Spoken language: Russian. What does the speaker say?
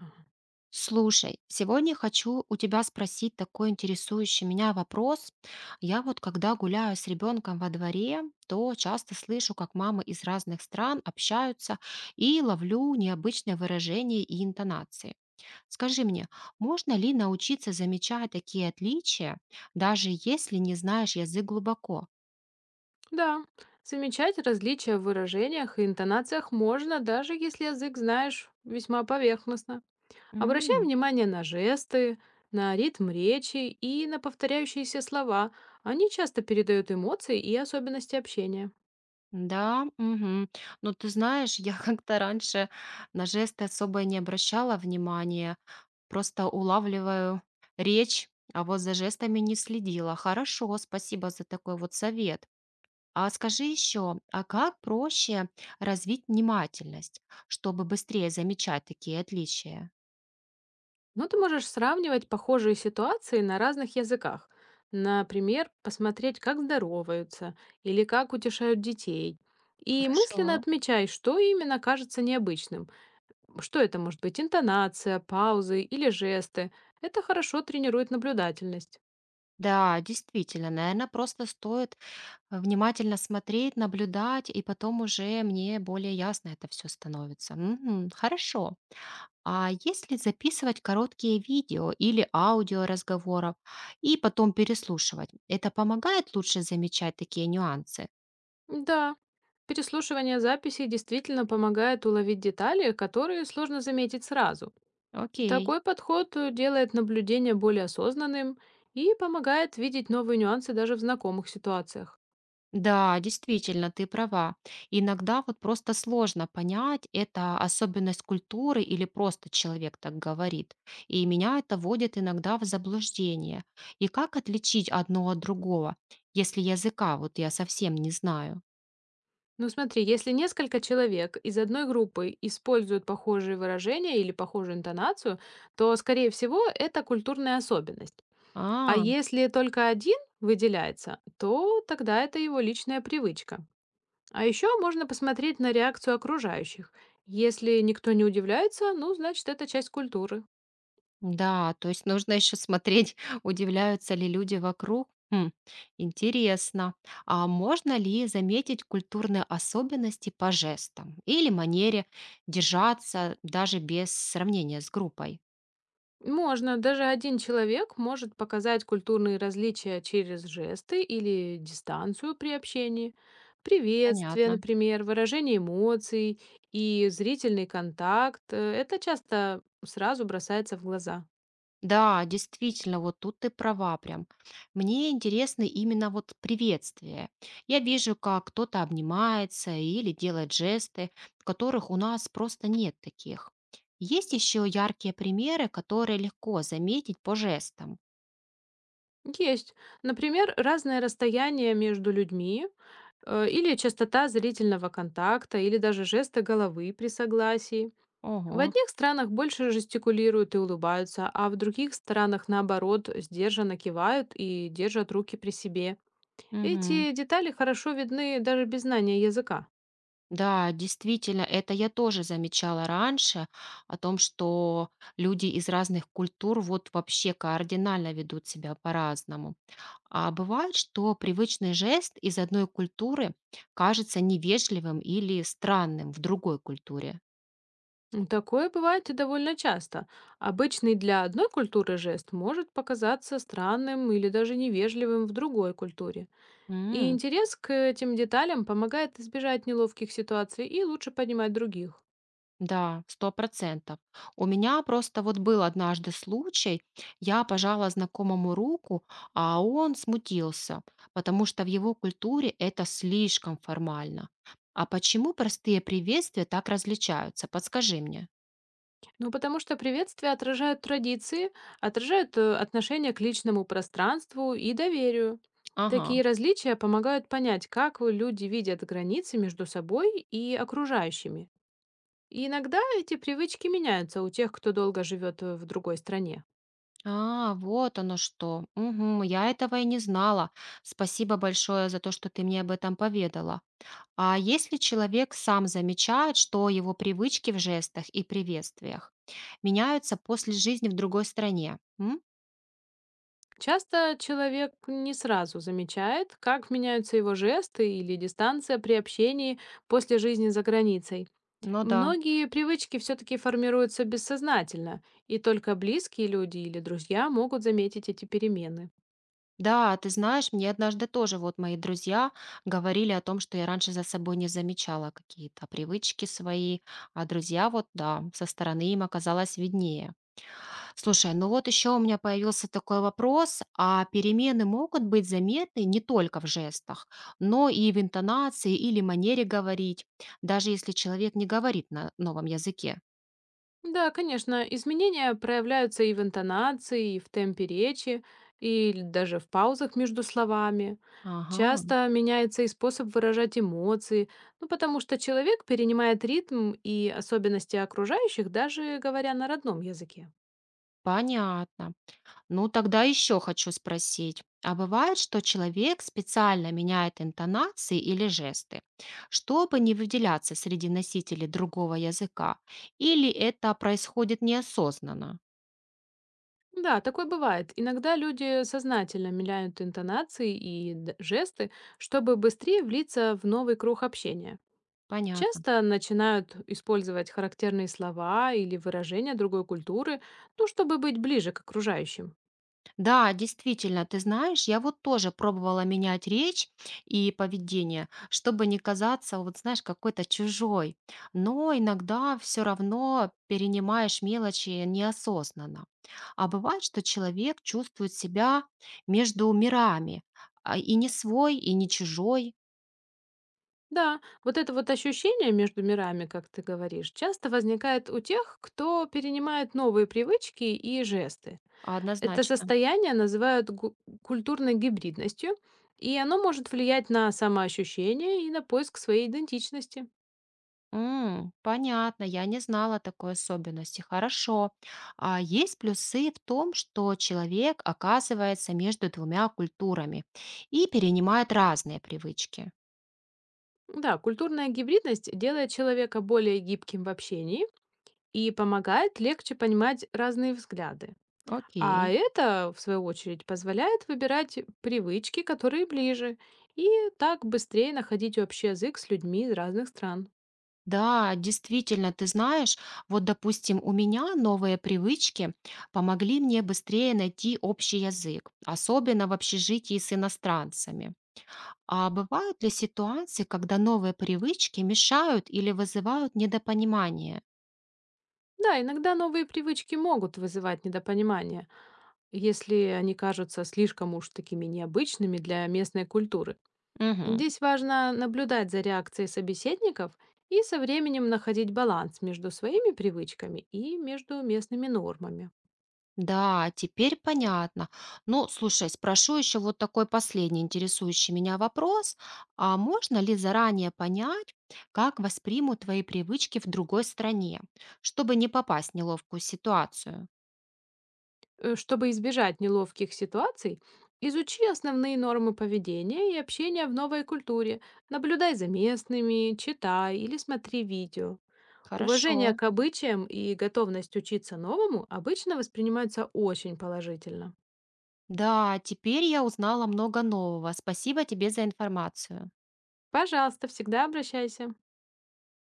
Ага. Слушай, сегодня хочу у тебя спросить такой интересующий меня вопрос. Я вот когда гуляю с ребенком во дворе, то часто слышу, как мамы из разных стран общаются и ловлю необычные выражения и интонации. Скажи мне, можно ли научиться замечать такие отличия, даже если не знаешь язык глубоко? Да, замечать различия в выражениях и интонациях можно, даже если язык знаешь весьма поверхностно. Обращай внимание на жесты, на ритм речи и на повторяющиеся слова. Они часто передают эмоции и особенности общения. Да, мгм. Но ты знаешь, я как-то раньше на жесты особо и не обращала внимания, просто улавливаю речь, а вот за жестами не следила. Хорошо, спасибо за такой вот совет. А скажи еще, а как проще развить внимательность, чтобы быстрее замечать такие отличия? Ну, ты можешь сравнивать похожие ситуации на разных языках. Например, посмотреть, как здороваются или как утешают детей. И Хорошо. мысленно отмечай, что именно кажется необычным. Что это может быть? Интонация, паузы или жесты. Это хорошо тренирует наблюдательность. Да, действительно, наверное, просто стоит внимательно смотреть, наблюдать, и потом уже мне более ясно это все становится. Мгм. Хорошо. А если записывать короткие видео или аудио разговоров и потом переслушивать, это помогает лучше замечать такие нюансы? Да, переслушивание записей действительно помогает уловить детали, которые сложно заметить сразу. Окей. Такой подход делает наблюдение более осознанным и помогает видеть новые нюансы даже в знакомых ситуациях. Да, действительно, ты права. Иногда вот просто сложно понять, это особенность культуры или просто человек так говорит. И меня это вводит иногда в заблуждение. И как отличить одно от другого, если языка вот я совсем не знаю? Ну смотри, если несколько человек из одной группы используют похожие выражения или похожую интонацию, то, скорее всего, это культурная особенность. А А. если только один выделяется, то тогда это его личная привычка. А еще можно посмотреть на реакцию окружающих. Если никто не удивляется, ну, значит, это часть культуры. Да, то есть нужно еще смотреть, удивляются ли люди вокруг. Хм, интересно. А можно ли заметить культурные особенности по жестам или манере держаться даже без сравнения с группой? Можно, даже один человек может показать культурные различия через жесты или дистанцию при общении, приветствие, Понятно. например, выражение эмоций и зрительный контакт. Это часто сразу бросается в глаза. Да, действительно, вот тут ты права прям. Мне интересны именно вот приветствия. Я вижу, как кто-то обнимается или делает жесты, которых у нас просто нет таких. Есть еще яркие примеры, которые легко заметить по жестам. Есть, например, разное расстояние между людьми или частота зрительного контакта или даже жеста головы при согласии. В Ого. одних странах больше жестикулируют и улыбаются, а в других странах, наоборот, сдержанно кивают и держат руки при себе. Мгм. Эти детали хорошо видны даже без знания языка. Да, действительно, это я тоже замечала раньше, о том, что люди из разных культур вот вообще кардинально ведут себя по-разному. А бывает, что привычный жест из одной культуры кажется невежливым или странным в другой культуре. Такое бывает и довольно часто. Обычный для одной культуры жест может показаться странным или даже невежливым в другой культуре. И интерес к этим деталям помогает избежать неловких ситуаций и лучше понимать других. Да, 100%. У меня просто вот был однажды случай. Я пожала знакомому руку, а он смутился, потому что в его культуре это слишком формально. А почему простые приветствия так различаются? Подскажи мне. Ну, потому что приветствия отражают традиции, отражают отношение к личному пространству и доверию. Такие Ага. различия помогают понять, как вы, люди видят границы между собой и окружающими. И иногда эти привычки меняются у тех, кто долго живет в другой стране. А, вот оно что. Мгм, я этого и не знала. Спасибо большое за то, что ты мне об этом поведала. А если человек сам замечает, что его привычки в жестах и приветствиях меняются после жизни в другой стране? М? Часто человек не сразу замечает, как меняются его жесты или дистанция при общении после жизни за границей. Ну да. Многие привычки все-таки формируются бессознательно, и только близкие люди или друзья могут заметить эти перемены. Да, ты знаешь, мне однажды тоже вот мои друзья говорили о том, что я раньше за собой не замечала какие-то привычки свои, а друзья вот, да, со стороны им оказалось виднее. Слушай, ну вот еще у меня появился такой вопрос, а перемены могут быть заметны не только в жестах, но и в интонации или манере говорить, даже если человек не говорит на новом языке. Да, конечно, изменения проявляются и в интонации, и в темпе речи, и даже в паузах между словами. Ага, Часто меняется и способ выражать эмоции, ну потому что человек перенимает ритм и особенности окружающих, даже говоря на родном языке. понятно. Ну тогда еще хочу спросить, а бывает, что человек специально меняет интонации или жесты, чтобы не выделяться среди носителей другого языка, или это происходит неосознанно? Да, такое бывает. Иногда люди сознательно меняют интонации и жесты, чтобы быстрее влиться в новый круг общения. Понятно. Часто начинают использовать характерные слова или выражения другой культуры, ну, чтобы быть ближе к окружающим. Да, действительно, ты знаешь, я вот тоже пробовала менять речь и поведение, чтобы не казаться, вот знаешь, какой-то чужой. Но иногда все равно перенимаешь мелочи неосознанно. А бывает, что человек чувствует себя между мирами, а, и не свой, и не чужой, Да, вот это вот ощущение между мирами, как ты говоришь, часто возникает у тех, кто перенимает новые привычки и жесты. а Это однозначно. состояние называют культурной гибридностью, и оно может влиять на самоощущение и на поиск своей идентичности. М, понятно, я не знала такой особенности. Хорошо. А есть плюсы в том, что человек оказывается между двумя культурами и перенимает разные привычки. Да, культурная гибридность делает человека более гибким в общении и помогает легче понимать разные взгляды. А Окей. это, в свою очередь, позволяет выбирать привычки, которые ближе, и так быстрее находить общий язык с людьми из разных стран. Да, действительно, ты знаешь, вот, допустим, у меня новые привычки помогли мне быстрее найти общий язык, особенно в общежитии с иностранцами. А бывают ли ситуации, когда новые привычки мешают или вызывают недопонимание? Да, иногда новые привычки могут вызывать недопонимание, если они кажутся слишком уж такими необычными для местной культуры. Мгм. Здесь важно наблюдать за реакцией собеседников и со временем находить баланс между своими привычками и между местными нормами. Да, теперь понятно. Ну, слушай, спрошу еще вот такой последний интересующий меня вопрос. А можно ли заранее понять, как воспримут твои привычки в другой стране, чтобы не попасть в неловкую ситуацию? Чтобы избежать неловких ситуаций, изучи основные нормы поведения и общения в новой культуре, наблюдай за местными, читай или смотри видео. Уважение Хорошо. к обычаям и готовность учиться новому обычно воспринимаются очень положительно. Да, теперь я узнала много нового. Спасибо тебе за информацию. Пожалуйста, всегда обращайся.